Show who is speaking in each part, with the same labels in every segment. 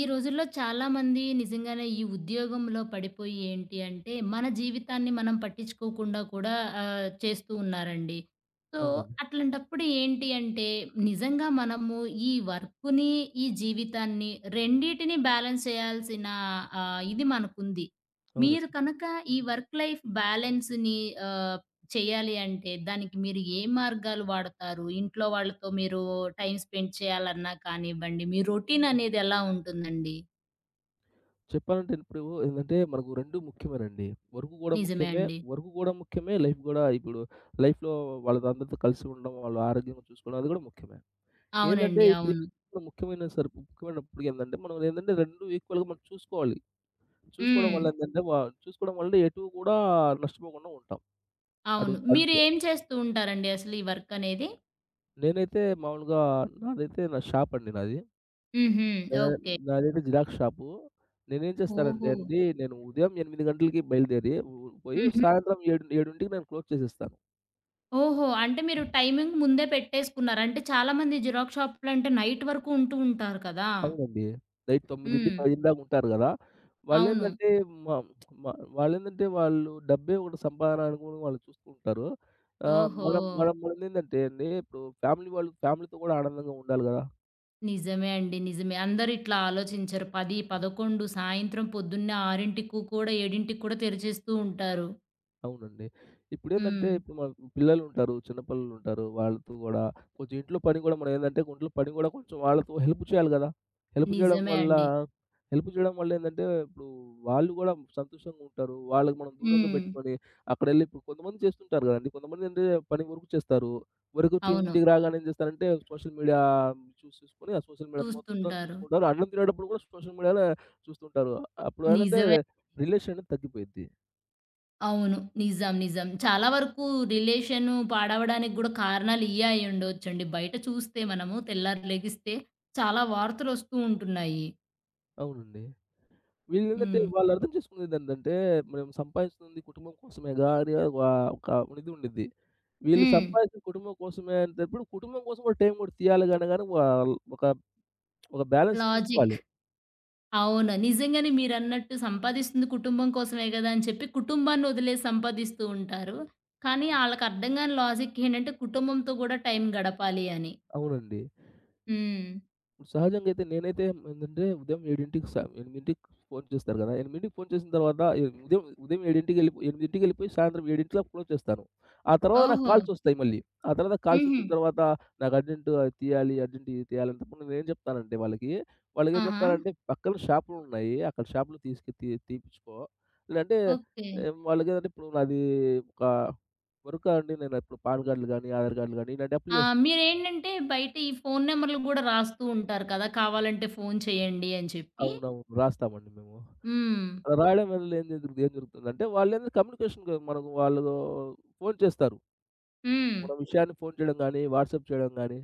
Speaker 1: ఈ రోజుల్లో చాలామంది నిజంగానే ఈ ఉద్యోగంలో పడిపోయి ఏంటి అంటే, మన జీవితాన్ని మనం పట్టించుకోకుండా కూడా చేస్తూ ఉన్నారండి. సో,
Speaker 2: అవునండి.
Speaker 1: అట్లాంటప్పుడు ఏంటి అంటే, నిజంగా మనము ఈ వర్కుని, ఈ జీవితాన్ని రెండిటిని బ్యాలెన్స్ చేయాల్సిన ఇది మనకుంది. మీరు
Speaker 2: అవునండి.
Speaker 1: కనుక ఈ వర్క్ లైఫ్ బ్యాలెన్స్‌ని ఆహ్, చేయాలి అంటే దానికి మీరు ఏ మార్గాలు వాడతారు? ఇంట్లో వాళ్ళతో మీరు టైమ్ స్పెండ్ చేయాలన్నా కానివ్వండి, మీ రొటీన్ అనేది ఎలా ఉంటుందండి?
Speaker 2: చెప్పాలంటే ఇప్పుడు ఏందంటే మనకు 2 ముఖ్యమేనండి. వర్క్ గూడా
Speaker 1: నిజమే
Speaker 2: ముఖ్యమే.
Speaker 1: అండి.
Speaker 2: లైఫ్ గూడా ఇప్పుడు లైఫ్‌లో వాళ్ళతో అందరితో కలిసి ఉండడం, వాళ్ళ ఆరోగ్యంగా చూసుకోవడం అది గూడా ముఖ్యమే. ఏందంటే
Speaker 1: అవునండి.
Speaker 2: ఇప్పుడు
Speaker 1: అవును.
Speaker 2: ముఖ్యమైనప్పుడు ఏందంటే మనం ఏందంటే 2 ఈక్వల్‌గా మనం చూసుకోవాలి. చూసుకోవడం
Speaker 1: హ్మ్.
Speaker 2: వల్ల ఏందంటే వ చూసుకోవడం వల్ల ఎటు గూడా నష్టపోకుండా ఉంటాం. అటు
Speaker 1: అవును. మీరు
Speaker 2: అటు
Speaker 1: ఏం చేస్తూ ఉంటారండి అసలు ఈ వర్క్ అనేది?
Speaker 2: నేనైతే మామూలుగా నాదైతే నా షాప్ అండి నాది.
Speaker 1: హుహు.
Speaker 2: నేనా
Speaker 1: ఓకే.
Speaker 2: నాదేంటి xerox shop. నేనేం చేస్తానంటే
Speaker 1: ఓహో!
Speaker 2: అండి, నేను ఉదయం 8 గంటలకి బయలుదేరి ఉ పోయి
Speaker 1: హుహు.
Speaker 2: సాయంత్రం 7కి నేను క్లోజ్ చేసేస్తాను.
Speaker 1: ఓహో! అంటే మీరు టైమింగ్ ముందే పెట్టేసుకున్నారు. అంటే చాలామంది జిరాక్స్ షాపులంటే నైట్ వరకు ఉంటూ ఉంటారు కదా!
Speaker 2: అవునండి. నైట్ 9:00,
Speaker 1: హ్మ్.
Speaker 2: 10:00 దాకా ఉంటారు గదా!
Speaker 1: అవును.
Speaker 2: వాళ్ళేందంటే మ మ వాళ్ళేందంటే వాళ్ళు డబ్బే ఒకటి సంపాదన అనుకోని వాళ్ళు చూసుకుంటారు.
Speaker 1: ఓహో!
Speaker 2: మనం మనం మనదేందంటే అండి, ఇప్పుడు ఫ్యామిలీతో గూడా ఆనందంగా ఉండాలి గదా!
Speaker 1: నిజమే అండి. నిజమే. అందరూ ఇట్లా ఆలోచించరు. 10, 11 సాయంత్రం పొద్దున్నే 6కు కూడా 7కి కూడా తెరిచేస్తూ ఉంటారు.
Speaker 2: అవునండి.
Speaker 1: హ్మ్.
Speaker 2: ఇప్పుడు మన పిల్లలుంటారు, చిన్న పిల్లలుంటారు. వాళ్ళతో గూడా కొంచెం ఇంట్లో పని గూడా కొంచెం వాళ్ళతో హెల్ప్ చేయాలి గదా! హెల్ప్ చేయడం
Speaker 1: నిజమే
Speaker 2: వల్ల
Speaker 1: అండి.
Speaker 2: హెల్ప్ చేయడం వల్లేందంటే ఇప్పుడు వాళ్ళు గూడా సంతోషంగా ఉంటారు. వాళ్ళకి మనం దూరంగా
Speaker 1: హ్మ్.
Speaker 2: బెట్టుకొని అక్కడెళ్ళి ఇప్పుడు కొంతమంది చేస్తుంటారు గదండీ! పని వరకు చేస్తారు. వరకొచ్చి
Speaker 1: అవును.
Speaker 2: ఇంటికి రాగానే ఏం జేస్తారంటే సోషల్ మీడియా చూసుకొని, ఆ సోషల్ మీడియా మొత్తం
Speaker 1: చూస్తుంటారు.
Speaker 2: చూసుకుంటారు. అన్నం తినేటప్పుడు గూడా సోషల్ మీడియా‌నే చూస్తుంటారు. అప్పుడేందంటే
Speaker 1: నిజమే.
Speaker 2: రిలేషన్ అనేది తగ్గిపోయిద్ది.
Speaker 1: అవును. నిజం. నిజం. చాలా వరకు రిలేషను పాడవడానికి గూడా కారణాలు ఇయ్యే అయ్యుండొచ్చండి. బయట చూస్తే మనము తెల్లారి లెగిస్తే చాలా వార్తలొస్తూ ఉంటున్నాయి.
Speaker 2: అవునండి. వీళ్ళేందంటే
Speaker 1: హ్మ్.
Speaker 2: వాళ్ళు అర్థం చేసుకునేదేంటంటే, మనం సంపాదిస్తుంది కుటుంబం కోసమేగా అని వా ఒక ఇది ఉండిద్ది. వీళ్ళు
Speaker 1: హ్మ్.
Speaker 2: సంపాదించిన కుటుంబం కోసమే అనేటప్పుడు, కుటుంబం కోసం కూడా టైం కూడా తీయాలి గాని గాని వాల్ ఒక ఒక బ్యాలన్స్
Speaker 1: లాజిక్.
Speaker 2: చూసుకోవాలి.
Speaker 1: అవును. నిజంగానే మీరన్నట్టు సంపాదిస్తుంది కుటుంబం కోసమే గదా! అని చెప్పి కుటుంబాన్నొదిలేసి సంపాదిస్తూ ఉంటారు. కానీ ఆళ్ళకర్థం గాని లాజిక్ ఏంటంటే కుటుంబంతో గూడా టైం గడపాలి అని.
Speaker 2: అవునండి.
Speaker 1: హ్మ్.
Speaker 2: సహజంగా అయితే నేనైతే ఏందంటే ఉదయం 7:00కి స 8:00కి ఫోను చేస్తారు గదా! 8:00కి ఫోను చేసిన తర్వాత ఉదయం ఉదయం 7:00కెళ్ళి 8:00కెళ్ళిపోయి సాయంత్రం 7:00కి ఫోను చేస్తాను. ఆ తర్వాత నాకు
Speaker 1: ఓహో!
Speaker 2: కాల్సొస్తాయి మళ్ళీ. ఆ తర్వాత
Speaker 1: హుహు.
Speaker 2: కాల్సొచ్చిన తర్వాత నాకు అర్జెంటు అది తీయాలి, అర్జెంట్ ఇది తీయాలన్నప్పుడు నేనేం చెప్తానంటే వాళ్ళకి, వాళ్ళకేం
Speaker 1: ఆహా!
Speaker 2: చెప్తానంటే పక్కన షాపులున్నాయి. అక్కడ షాపులో తీసుకు తీ తీపిచ్చుకో. లేదంటే
Speaker 1: ఓకే.
Speaker 2: వాళ్ళకేందంటే ఇప్పుడు నాది ఒక వర్క్ అండి. నేను ఇప్పుడు పాన్ కార్డ్‌లు గానీ, ఆధార్ కార్డ్‌లు గానీ ఇలాంటి అప్లై
Speaker 1: ఆ!
Speaker 2: చేస్
Speaker 1: మీరేంటంటే బయట ఈ ఫోను నెంబర్లు గూడా రాస్తూ ఉంటారు కదా! కావాలంటే ఫోను చేయండి అని చెప్పి.
Speaker 2: అవునవును. రాస్తామండి మేము.
Speaker 1: హ్మ్.
Speaker 2: అలా రాయడం వల్ల ఏం జరుగుతుందంటే వాళ్ళేంది కమ్యూనికేషన్ గా మనకు వాళ్ళు ఫోను చేస్తారు.
Speaker 1: హ్మ్.
Speaker 2: మన విషయాన్ని ఫోను చేయడం గానీ, వాట్సాప్ చేయడం గానీ,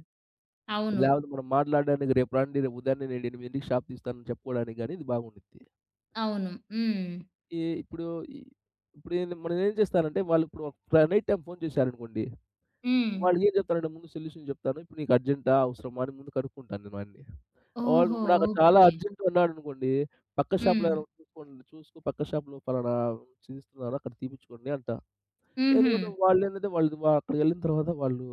Speaker 1: అవును.
Speaker 2: లేకపోతే మనం మాట్లాడడానికి రేపు రండి, రేపు ఉదయాన్నే నేను 8:00కి షాప్ తీస్తానని చెప్పుకోవడానికి గానీ ఇది బాగుండిద్ది.
Speaker 1: అవును. హ్మ్.
Speaker 2: ఈ ఇప్పుడు ఈ ఇప్పుడు ఏంది మనం ఏం చేస్తారంటే వాళ్ళు ఇప్పుడు ఒక నైట్ టైమ్ ఫోను చేశారనుకోండి,
Speaker 1: హ్మ్.
Speaker 2: వాళ్ళకి ఏం చెప్తానంటే ముందు సొల్యూషన్ చెప్తాను. ఇప్పుడు నీకు అర్జెంటా? అవసరమా? అని ముందు కనుక్కుంటాను నేను అన్నీ. వాళ్ళు
Speaker 1: ఓహో!
Speaker 2: ఇప్పుడు నాకు చాలా
Speaker 1: ఓకే.
Speaker 2: అర్జెంట్ అన్నాడనుకోండి, పక్క షాప్‌లో
Speaker 1: హ్మ్.
Speaker 2: ఎవరో చూసుకోండి చూసుకో పక్క షాప్‌లో ఫలానా చూస్తున్నాను అక్కడ తీపిచ్చుకోండి అంటాను.
Speaker 1: హుహు.
Speaker 2: ఎందుకంటే వాళ్ళేందంటే వాళ్ళు వ అక్కడికెళ్ళిన తర్వాత వాళ్ళు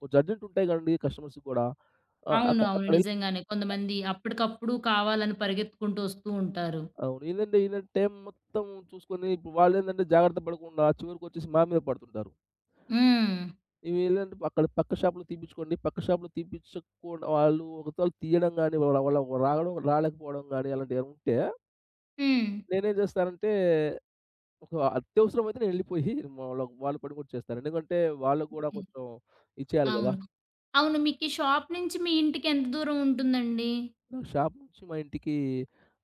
Speaker 2: కొంచెం అర్జెంట్ ఉంటాయి కదండీ! కస్టమర్స్ గూడా. ఆహ్,
Speaker 1: అవును.
Speaker 2: అక్క
Speaker 1: అవును.
Speaker 2: అక్కడెళ్ళి
Speaker 1: నిజంగానే. కొంతమంది అప్పటికప్పుడు కావాలని పరిగెత్తుకుంటూ వస్తూ ఉంటారు.
Speaker 2: అవును. ఏందంటే ఈళ్ళని టైం మొత్తం చూసుకొని ఇప్పుడు వాళ్ళేందంటే జాగ్రత్త పడకుండా చివరికొచ్చేసి మా మీద పడుతుంటారు.
Speaker 1: హ్మ్.
Speaker 2: వీళ్ళేంటి అక్కడ పక్క షాప్‌లో తీపిచ్చుకోండి. పక్క షాప్‌లో తీపిచ్చకుండా వాళ్ళు ఒకతోల తీయడం గాని, వాళ్ళ వాళ్ళ రావడం రాలేకపోవడం గాని అలాంటియేమైనా ఉంటే
Speaker 1: హ్మ్.
Speaker 2: నేనేం చేస్తానంటే ఒక అత్యవసరమైతే నేనెళ్ళిపోయి వాళ్ళు పని కూడా చేస్తాను. ఎందుకంటే వాళ్ళకి గూడా
Speaker 1: హ్మ్.
Speaker 2: కొంచెం ఇచ్చేయాలి గదా!
Speaker 1: అవును. అవును. మీకీ షాప్ నుంచి మీ ఇంటికి ఎంత దూరం ఉంటుందండి?
Speaker 2: నా షాప్ నుంచి మా ఇంటికి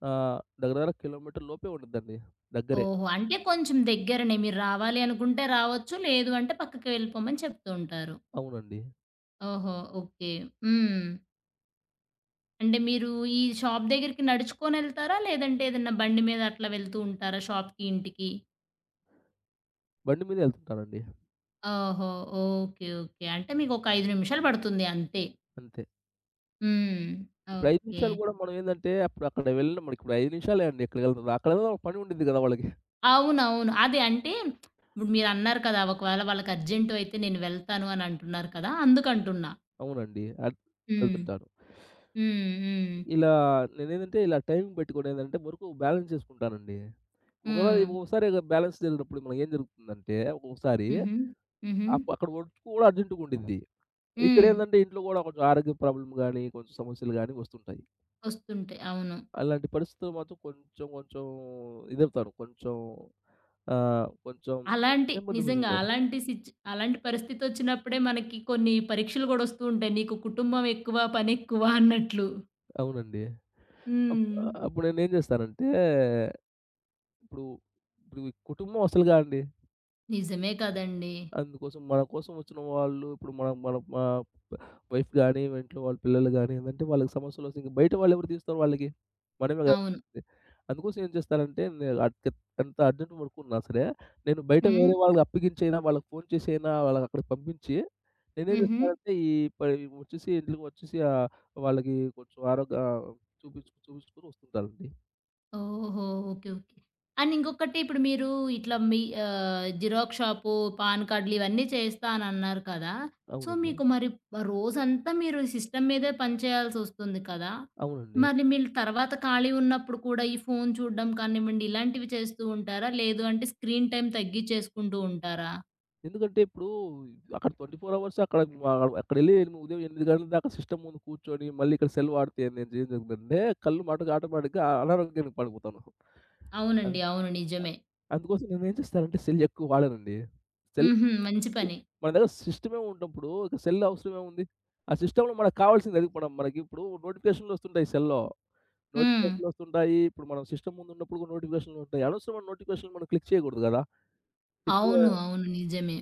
Speaker 2: దగ్గర దగ్గర కిలోమీటర్ లోపే ఉండిద్దండి. దగ్గరే.
Speaker 1: ఓహో! అంటే కొంచెం దగ్గరనే. మీరు రావాలి అనుకుంటే రావచ్చు. లేదు అంటే పక్కకి వెళ్ళిపోమని చెప్తూ ఉంటారు.
Speaker 2: అవునండి.
Speaker 1: ఓహో! ఓకే. హ్మ్. అంటే మీరు ఈ షాప్ దగ్గరికి నడుచుకొనెళ్తారా? లేదంటే ఏదన్నా బండి మీద అట్లా వెళ్తూ ఉంటారా షాప్‌కి, ఇంటికి?
Speaker 2: బండి మీద ఎళ్తుంటానండి.
Speaker 1: ఓహో! ఓకే. ఓకే. అంటే మీకొక 5 నిమిషాలు పడుతుంది అంతే.
Speaker 2: అంతే.
Speaker 1: హ్మ్.
Speaker 2: ఇప్పుడు 5
Speaker 1: ఓకే.
Speaker 2: నిమిషాలు గూడా మనం ఏందంటే అప్పుడు అక్కడ వెళ్ళిన మనకిప్పుడు 5 నిమిషాలే అండి ఇక్కడికెళ్తుంది. అక్కడేదో పని ఉండిద్ది గదా! వాళ్ళకి.
Speaker 1: అవునవును. అదే అంటే ఇప్పుడు మీరన్నారు కదా! ఒకవేళ వాళ్ళకి అర్జెంటు అయితే నేను వెళ్తాను అని అంటున్నారు కదా! అందుకంటున్నా.
Speaker 2: అవునండి.
Speaker 1: హ్మ్.
Speaker 2: వెళ్తుంటాను.
Speaker 1: హ్మ్. హ్మ్.
Speaker 2: ఇలా నేనేందంటే ఇలా టైమింగ్ పెట్టుకొని ఏందంటే వరకు బ్యాలెన్స్ చేసుకుంటానండి. ఒకవేళ
Speaker 1: హ్మ్.
Speaker 2: ఒక్కోసారి బ్యాలెన్స్ జరిగినప్పుడు మనకేం జరుగుతుందంటే ఒక్కొక్కసారి
Speaker 1: హుహు. హుహు.
Speaker 2: అక్కడ వర్క్ కూడా అర్జెంట్‌గా ఉండిద్ది.
Speaker 1: హ్మ్.
Speaker 2: ఇక్కడేందంటే ఇంట్లో గూడా కొంచెం ఆరోగ్య ప్రాబ్లమ్ గాని, కొంచెం సమస్యలు గాని వస్తుంటాయి.
Speaker 1: వస్తుంటాయి. అవును.
Speaker 2: అలాంటి పరిస్థితులు మాత్రం కొంచెం కొంచెం ఇదవుతాను. కొంచెం కొంచెం
Speaker 1: అలాంటి
Speaker 2: నెమ్మది
Speaker 1: నిజంగా
Speaker 2: పొందుతున్నాను.
Speaker 1: అలాంటి పరిస్థితొచ్చినప్పుడే మనకి కొన్ని పరీక్షలు గూడా వస్తూ ఉంటాయి. నీకు కుటుంబం ఎక్కువ, పనెక్కువ అన్నట్లు.
Speaker 2: అవునండి. అప్
Speaker 1: హ్మ్.
Speaker 2: అప్పుడు నేనేం చేస్తానంటే ఇప్పుడు ఇప్పుడు ఈ కుటుంబం అసలుగా అండి.
Speaker 1: నిజమే కదండీ!
Speaker 2: అందుకోసం మన కోసం వచ్చిన వాళ్ళు ఇప్పుడు మనం మన మా వైఫ్ గాని, ఇంట్లో వాళ్ళ పిల్లలు గాని ఏందంటే వాళ్ళకి సమస్యలొస్తే ఇంక బయట వాళ్ళెవరు తీస్తారు వాళ్ళకి? మనమే గదా!
Speaker 1: అవును.
Speaker 2: అందుకోసం ఏం చేస్తానంటే నేను ఎంత అర్జెంట్ వర్క్ ఉన్నా సరే, నేను బయట
Speaker 1: హ్మ్.
Speaker 2: వేరే వాళ్ళకి అప్పగించైనా, వాళ్ళకి ఫోను చేసైనా, వాళ్ళని అక్కడికి పంపించి, నేనేం
Speaker 1: హుహు.
Speaker 2: చేస్తానంటే ఈ ప వచ్చేసి ఇంట్లోకి వచ్చేసి వాళ్ళకి కొంచెం ఆరోగ్య చూపించుకొని వస్తుంటానండి.
Speaker 1: ఓహో! ఓకే. ఓకే. అండ్ ఇంకొకటి ఇప్పుడు మీరు ఇట్లా మీ జిరాక్స్ షాపు, పాన్ కార్డ్‌లు ఇవన్నీ చేస్తా అనన్నారు కదా! సో,
Speaker 2: అవునండి.
Speaker 1: మీకు మరి రోజంతా మీరు సిస్టమ్ మీదే పని చేయాల్సొస్తుంది కదా!
Speaker 2: అవునండి.
Speaker 1: మరి మీరు తర్వాత ఖాళీ ఉన్నప్పుడు కూడా ఈ ఫోను చూడడం కానివ్వండి, ఇలాంటివి చేస్తూ ఉంటారా? లేదు అంటే స్క్రీన్ టైమ్ తగ్గిచ్చేసుకుంటూ ఉంటారా?
Speaker 2: ఎందుకంటే ఇప్పుడు అక్కడ 24 అవర్స్ అక్కడ అక్కడెళ్ళి ఉదయం 8 గంటల దాకా సిస్టమ్ ముందు కూర్చొని, మళ్ళీ ఇక్కడ సెల్ వాడితే నేను ఏం జరుగుతుందంటే కళ్ళు మటుకు ఆటోమేటిక్‌గా అనారోగ్యానికి పడిపోతాను. ఆ!
Speaker 1: అవునండి. అవును. నిజమే.
Speaker 2: అందుకోసం నేనేం చేస్తానంటే సెల్ ఎక్కువ వాడనండి. సెల్
Speaker 1: హుహు. మంచి పని.
Speaker 2: మన దగ్గర సిస్టమే ఉన్నప్పుడు ఇక సెల్ అవసరం ఏముంది? ఆ సిస్టమ్‌లో మనకు కావాల్సింది అది మనం మనకిప్పుడు నోటిఫికేషన్‌లు వస్తుంటాయి సెల్‌లో.
Speaker 1: హ్మ్.
Speaker 2: నోటిఫికేషన్‌లు వస్తుంటాయి. ఇప్పుడు మనం సిస్టమ్ ముందు ఉన్నప్పుడు కూడా నోటిఫికేషన్‌లు ఉంటాయి. అనవసరమైన నోటిఫికేషన్‌లు మనం క్లిక్ చేయకూడదు కదా! ఇప్పుడు
Speaker 1: అవును. అవును. నిజమే.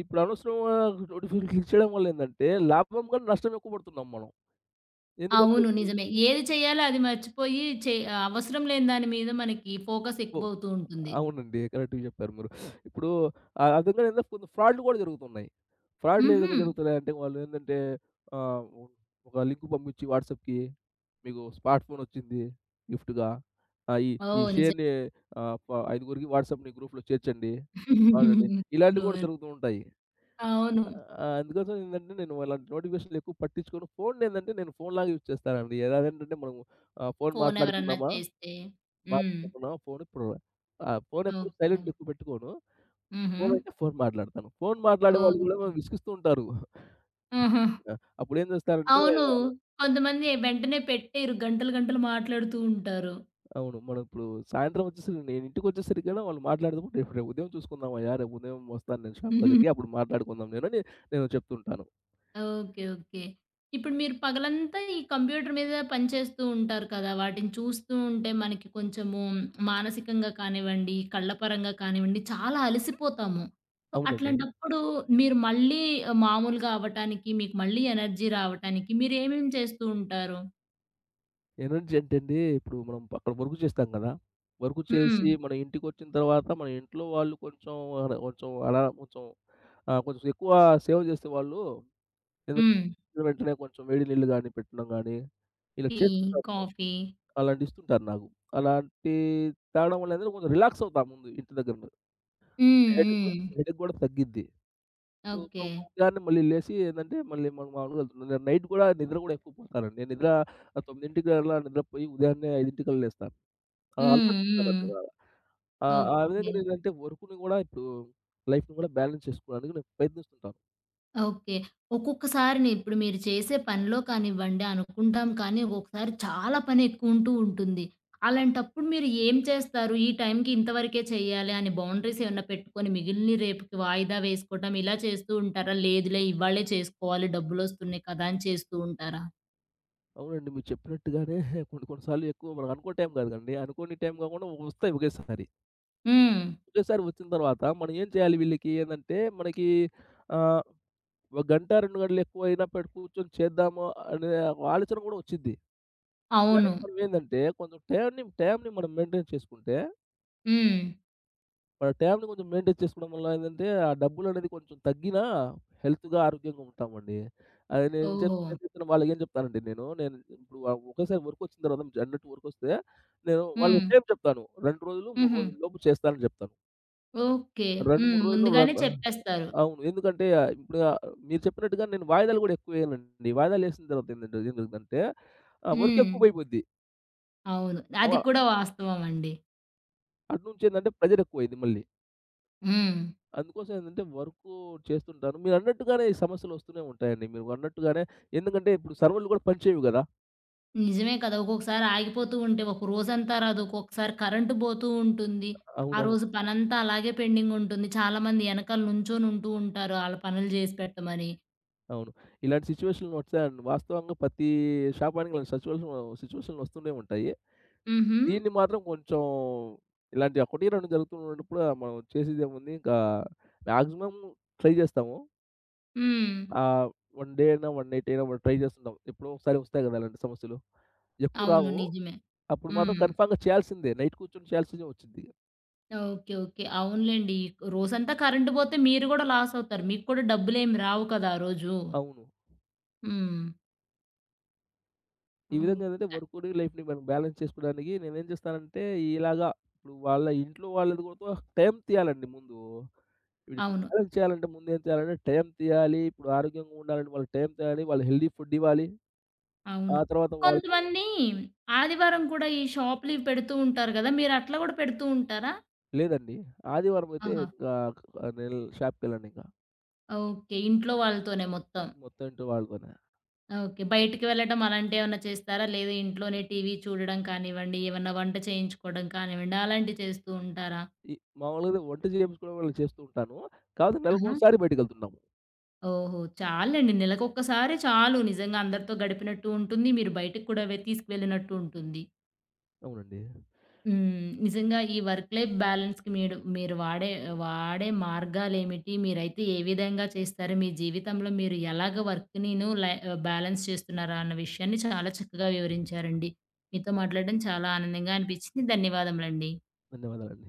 Speaker 2: ఇప్పుడు అనవసరంగా నోటిఫికేషన్ క్లిక్ చేయడం వల్ల ఏందంటే, లాభం కన్నా నష్టం ఎక్కువ పడుతున్నాం మనం. ఎందుకంటే
Speaker 1: అవును.
Speaker 2: ఇప్పుడు
Speaker 1: నిజమే. ఏది చేయాలో అది మర్చిపోయి అవసరం లేని దాని మీద మనకి ఫోకస్
Speaker 2: పో
Speaker 1: ఎక్కువవుతూ ఉంటుంది.
Speaker 2: అవునండి. కరెక్ట్‌గా చెప్పారు మీరు. ఇప్పుడు ఆ విధంగానే ఏందో కొన్ని ఫ్రాడ్‌లు కూడా జరుగుతున్నాయి. ఫ్రాడ్‌లు ఏ
Speaker 1: హుహు.
Speaker 2: విధంగా జరుగుతున్నాయంటే వాళ్ళు ఏందంటే ఆహ్, ఒక లింక్ పంపించి వాట్సాప్‌కి మీకు స్మార్ట్ ఫోన్ వచ్చింది గిఫ్ట్‌గా. ఆహ్, ఈ ఈ
Speaker 1: ఓహ్! నిజం.
Speaker 2: షేర్‌ని ఆహ్, ప ఐదుగురికి వాట్సాప్ నీ గ్రూప్‌లో చేర్చండి. అవునండి. ఇలాంటివి కూడా
Speaker 1: అవును.
Speaker 2: జరుగుతూ ఉంటాయి.
Speaker 1: అవును.
Speaker 2: ఆ! అందుకోసం ఏందంటే నేను అలాంటి నోటిఫికేషన్‌లు ఎక్కువ పట్టించుకోను. ఫోన్నేందంటే నేను ఫోన్‌లాగా యూజ్ చేస్తానండి. ఎలాగంటంటే మనము ఆహ్, ఫోన్
Speaker 1: ఫోన్ ఎవరన్నా
Speaker 2: మాట్లాడుకున్నామా,
Speaker 1: చేస్తే. హ్మ్.
Speaker 2: మాట్లాడుకున్నామా ఫోన్ ఇప్పుడు ఫోన్ ఎప్పుడు
Speaker 1: ఓకే.
Speaker 2: సైలెంట్‌లో ఎక్కువ పెట్టుకోను.
Speaker 1: హుహు.
Speaker 2: ఫోన్ అంటే ఫోన్ మాట్లాడతాను. ఫోన్ మాట్లాడే వాళ్ళు కూడా
Speaker 1: ఓకే.
Speaker 2: మనం విసిగిస్తూ ఉంటారు.
Speaker 1: ఆహా!
Speaker 2: ఆ! అప్పుడేం చేస్తారంటే
Speaker 1: అవును. కొంతమంది వెంటనే పెట్టేయరు. గంటలు గంటలు మాట్లాడుతూ ఉంటారు.
Speaker 2: అవును. మనం ఇప్పుడు సాయంత్రం వచ్చేసరికి నేను ఇంటికొచ్చేసరికి గూడా వాళ్ళు మాట్లాడేటప్పుడు " రేపు ఉదయం చూసుకుందామయ్యా! రేపు ఉదయం వస్తాను నేను షాప్ దగ్గరికి అప్పుడు మాట్లాడుకుందాం నేను" అని నేను చెప్తుంటాను.
Speaker 1: ఓకే. ఓకే. ఇప్పుడు మీరు పగలంతా ఈ కంప్యూటర్ మీద పనిచేస్తూ ఉంటారు కదా! వాటిని చూస్తూ ఉంటే మనకి కొంచెము మానసికంగా కానివ్వండి, కళ్ళ పరంగా కానివ్వండి చాలా అలసిపోతాము. సో,
Speaker 2: అవునండి.
Speaker 1: అట్లాంటప్పుడు మీరు మళ్ళీ మామూలుగా అవ్వటానికి, మీకు మళ్ళీ ఎనర్జీ రావటానికి మీరేమేం చేస్తూ ఉంటారు?
Speaker 2: ఎనర్జీ అంటే అండి, ఇప్పుడు మనం అక్కడ వర్క్ చేస్తాం కదా! వర్క్
Speaker 1: హ్మ్.
Speaker 2: చేసి మన ఇంటికొచ్చిన తర్వాత మన ఇంట్లో వాళ్ళు కొంచెం అన కొంచెం అలా కొంచెం కొంచెం ఎక్కువ సేవ చేసే వాళ్ళు
Speaker 1: హ్మ్.
Speaker 2: ఎందుకంటే వెంటనే కొంచెం వేడి నీళ్ళు గాని పెట్టడం గాని, ఇలా
Speaker 1: టీ,
Speaker 2: చేస్తుంటారు.
Speaker 1: కాఫీ.
Speaker 2: అలాంటివి ఇస్తుంటారు నాకు. అలాంటి తాగడం వల్ల ఏంటంటే కొంచెం రిలాక్స్ అవుతా ముందు ఇంటి దగ్గర.
Speaker 1: హ్మ్.
Speaker 2: హెడేక్ కూడా
Speaker 1: హ్మ్.
Speaker 2: హెడేక్ కూడా తగ్గిద్ది. So,
Speaker 1: okay.
Speaker 2: మనం ఉదయాన్నే మళ్ళీ లేసి ఏందంటే మళ్ళీ మనం మామూలుగా వెళ్తున్నాం. నేను నైట్ కూడా నిద్ర కూడా ఎక్కువ పోతానండి. నేను నిద్ర 9కి అలా నిద్రపోయి ఉదయాన్నే 5 లేస్తాను. ఆ! అలవాటు
Speaker 1: హ్మ్. హ్మ్.
Speaker 2: ఉండాలండి అలాగా. ఆ! ఆ
Speaker 1: ఓకే.
Speaker 2: విధంగా నేనంటే వర్క్‌ని గూడా ఇప్పుడు లైఫ్‌ని గూడా బ్యాలెన్స్ చేసుకోవడానికి నేను ప్రయత్నిస్తుంటాను.
Speaker 1: ఓకే. ఒక్కొక్కసారిని ఇప్పుడు మీరు చేసే పనిలో కానివ్వండి అనుకుంటాం కానీ, ఒక్కొక్కసారి చాలా పని ఎక్కువుంటూ ఉంటుంది. అలాంటప్పుడు మీరు ఏం చేస్తారు? ఈ టైంకి ఇంతవరకే చేయాలి అని బౌండరీస్ ఏమన్నా పెట్టుకొని మిగిలినయి రేపుకి వాయిదా వేసుకోవటం ఇలా చేస్తూ ఉంటారా? లేదులే ఇవాళే చేసుకోవాలి డబ్బులొస్తున్నాయి కదా! అని చేస్తూ ఉంటారా?
Speaker 2: అవునండి మీరు చెప్పినట్టుగానే కొన్ని కొన్ని సార్లు ఎక్కువ మనం అనుకున్న టైం కాదు కదండీ. అనుకోని టైం కాకుండా వస్తాయి ఒకేసారి.
Speaker 1: హ్మ్.
Speaker 2: ఒకేసారి వచ్చిన తర్వాత మనం ఏం చేయాలి వీళ్ళకి ఏందంటే మనకి ఆహ్, ఒక గంట 2 గంటలు ఎక్కువైనా పెట్టి కూర్చొని చేద్దాము అనే ఆలోచన కూడా వచ్చిద్ది. కానీ
Speaker 1: అవును.
Speaker 2: మనం ఏందంటే కొంచెం టైమ్‌ని మనం మెయింటైన్ చేసుకుంటే
Speaker 1: హ్మ్.
Speaker 2: మన టైమ్‌ని కొంచెం మెయింటైన్ చేసుకోవడం వల్ల ఏందంటే, ఆ డబ్బులనేది కొంచెం తగ్గినా హెల్త్‌గా, ఆరోగ్యంగా ఉంటామండి. అది
Speaker 1: ఓహో!
Speaker 2: నేను చెప్తాను వాళ్ళకేం చెప్తానంటే నేను ఇప్పుడు ఒకేసారి వర్కొచ్చిన తర్వాత అన్నట్టు వర్కొస్తే, నేను వాళ్ళకి
Speaker 1: హ్మ్.
Speaker 2: టైమ్ చెప్తాను. 2 రోజులు, 3
Speaker 1: హుహు.
Speaker 2: రోజుల లోపు చేస్తానని చెప్తాను.
Speaker 1: ఓకే.
Speaker 2: 2,
Speaker 1: హ్మ్.
Speaker 2: 3 రోజుల్లో
Speaker 1: ముందుగానే
Speaker 2: రన్ ఆహ్,
Speaker 1: చెప్పేస్తారు.
Speaker 2: అవును. ఎందుకంటే ఆ, ఇప్పుడు ఆహ్, మీరు చెప్పినట్టుగా నేను వాయిదాలు గూడా ఎక్కువేయనండి. వాయిదాలేసిన తర్వాత ఏందంటే ఏం జరుగుద్దంటే, వర్క్
Speaker 1: హ్మ్.
Speaker 2: ఎక్కువైపోద్ది.
Speaker 1: అవును.
Speaker 2: అవ
Speaker 1: అది కూడా వాస్తవం అండి.
Speaker 2: అటు నుంచేందంటే ప్రెషర్ ఎక్కువైద్ది మళ్ళీ.
Speaker 1: హ్మ్.
Speaker 2: అందుకోసం ఏందంటే వర్కు చేస్తుంటాను. మీరన్నట్టుగానే ఈ సమస్యలొస్తూనే ఉంటాయండి. మీరు అన్నట్టుగానే ఎందుకంటే ఇప్పుడు సర్వర్‌లు కూడా పనిచేయవు గదా!
Speaker 1: నిజమే కదా! ఒక్కొక్కసారి ఆగిపోతూ ఉంటే, ఒక రోజంతా రాదు. ఒక్కొక్కసారి కరెంటు పోతూ ఉంటుంది. ఆ
Speaker 2: అవునవును.
Speaker 1: రోజు పనంతా అలాగే పెండింగ్ ఉంటుంది. చాలామంది ఎనకాల నుంచొని ఉంటూ ఉంటారు. ఆళ్ళ పనులు జేసి పెట్టమని.
Speaker 2: అవును. ఇలాంటి సిట్యుయేషన్‌లు వస్తాయండి. వాస్తవంగా ప్రతి షాపానికి ఇలాంటి సిట్యుయేషన్‌లు వస్తూనే ఉంటాయి.
Speaker 1: హుహు.
Speaker 2: దీన్ని మాత్రం కొంచెం ఇలాంటి ఒకటి, 2 జరుగుతున్నప్పుడు మనం చేసేదేముంది ఇంకా మాక్సిమం ట్రై చేస్తాము.
Speaker 1: హ్మ్.
Speaker 2: ఆహ్, 1 డే అయినా, 1 నైట్ అయినా మనం ట్రై చేస్తుంటాం. ఎప్పుడో ఒకసారి వస్తాయి గదా! ఇలాంటి సమస్యలు. ఎక్కువ
Speaker 1: అవును.
Speaker 2: రావు.
Speaker 1: నిజమే.
Speaker 2: అప్పుడు మాత్రం
Speaker 1: హ్మ్.
Speaker 2: కన్ఫర్మ్‌గా చేయాల్సిందే. నైట్ కూర్చొని చేయాల్సిందే వచ్చిద్ది.
Speaker 1: ఓకే. ఓకే. అవునులెండి. రోజంతా కరెంటు పోతే మీరు గూడా లాస్ అవుతారు. మీకు కూడా డబ్బులేమి రావు కదా! ఆ రోజు.
Speaker 2: అవును.
Speaker 1: హ్మ్.
Speaker 2: ఈ విధంగా ఏందంటే
Speaker 1: ఓకే.
Speaker 2: వర్క్‌ని, లైఫ్‌ని మనం బ్యాలెన్స్ చేసుకోడానికి నేనేం చేస్తానంటే ఇలాగా ఇప్పుడు వాళ్ళ ఇంట్లో వాళ్ళది కూడా టైం తీయాలండి ముందు. ఇప్పుడు
Speaker 1: అవును.
Speaker 2: బ్యాలెన్స్ చేయాలంటే ముందు ఏం చేయాలంటే టైం తీయాలి. ఇప్పుడు ఆరోగ్యంగా ఉండాలంటే వాళ్ళకి టైం తీయాలి. వాళ్ళకి హెల్తీ ఫుడ్ ఇవ్వాలి. ఆ
Speaker 1: అవును.
Speaker 2: తర్వాత వాళ్ళతో
Speaker 1: కొంతమంది ఆదివారం కూడా ఈ షాప్ లీవ్ పెడుతూ ఉంటారు గదా! మీరు అట్లా గూడా పెడుతూ ఉంటారా?
Speaker 2: లేదండి. ఆదివారం అయితే
Speaker 1: ఆహా!
Speaker 2: ఇంకా నేను షాప్‌కెళ్ళను ఇంకా.
Speaker 1: ఓకే. ఇంట్లో వాళ్ళతోనే మొత్తం.
Speaker 2: మొత్తం ఇంట్లో వాళ్ళతోనే.
Speaker 1: ఓకే. బయటికి వెళ్ళటం అలాంటివేమన్నా చేస్తారా? లేదా ఇంట్లోనే టీవీ చూడడం కానివ్వండి, ఏమన్నా వంట చేయించుకోవడం కానివ్వండి, అలాంటివి చేస్తూ ఉంటారా?
Speaker 2: ఈ మామూలుగా అయితే వంట చేయించుకోవడం వాళ్ళకి చేస్తూ ఉంటాను. కాకపోతే
Speaker 1: ఆహా!
Speaker 2: నెలకోసారి బయటికెళ్తున్నాము.
Speaker 1: ఓహో! చాలండి. నెలకొక్కసారి చాలు. నిజంగా అందరితో గడిపినట్టు ఉంటుంది. మీరు బయటికి కూడా తీసుకువెళ్ళినట్టు ఉంటుంది.
Speaker 2: అవునండి.
Speaker 1: హ్మ్. నిజంగా ఈ వర్క్ లైఫ్ బ్యాలెన్స్‌కి మీడు మీరు మీరు వాడే వాడే మార్గాలేమిటి? మీరైతే ఏ విధంగా చేస్తారు? మీ జీవితంలో మీరు ఎలాగ బ్యాలెన్స్ చేస్తున్నారా అన్న విషయాన్ని చాలా చక్కగా వివరించారండి. మీతో మాట్లాడడం చాలా ఆనందంగా అనిపించింది. ధన్యవాదములండి.
Speaker 2: ధన్యవాదాలండి.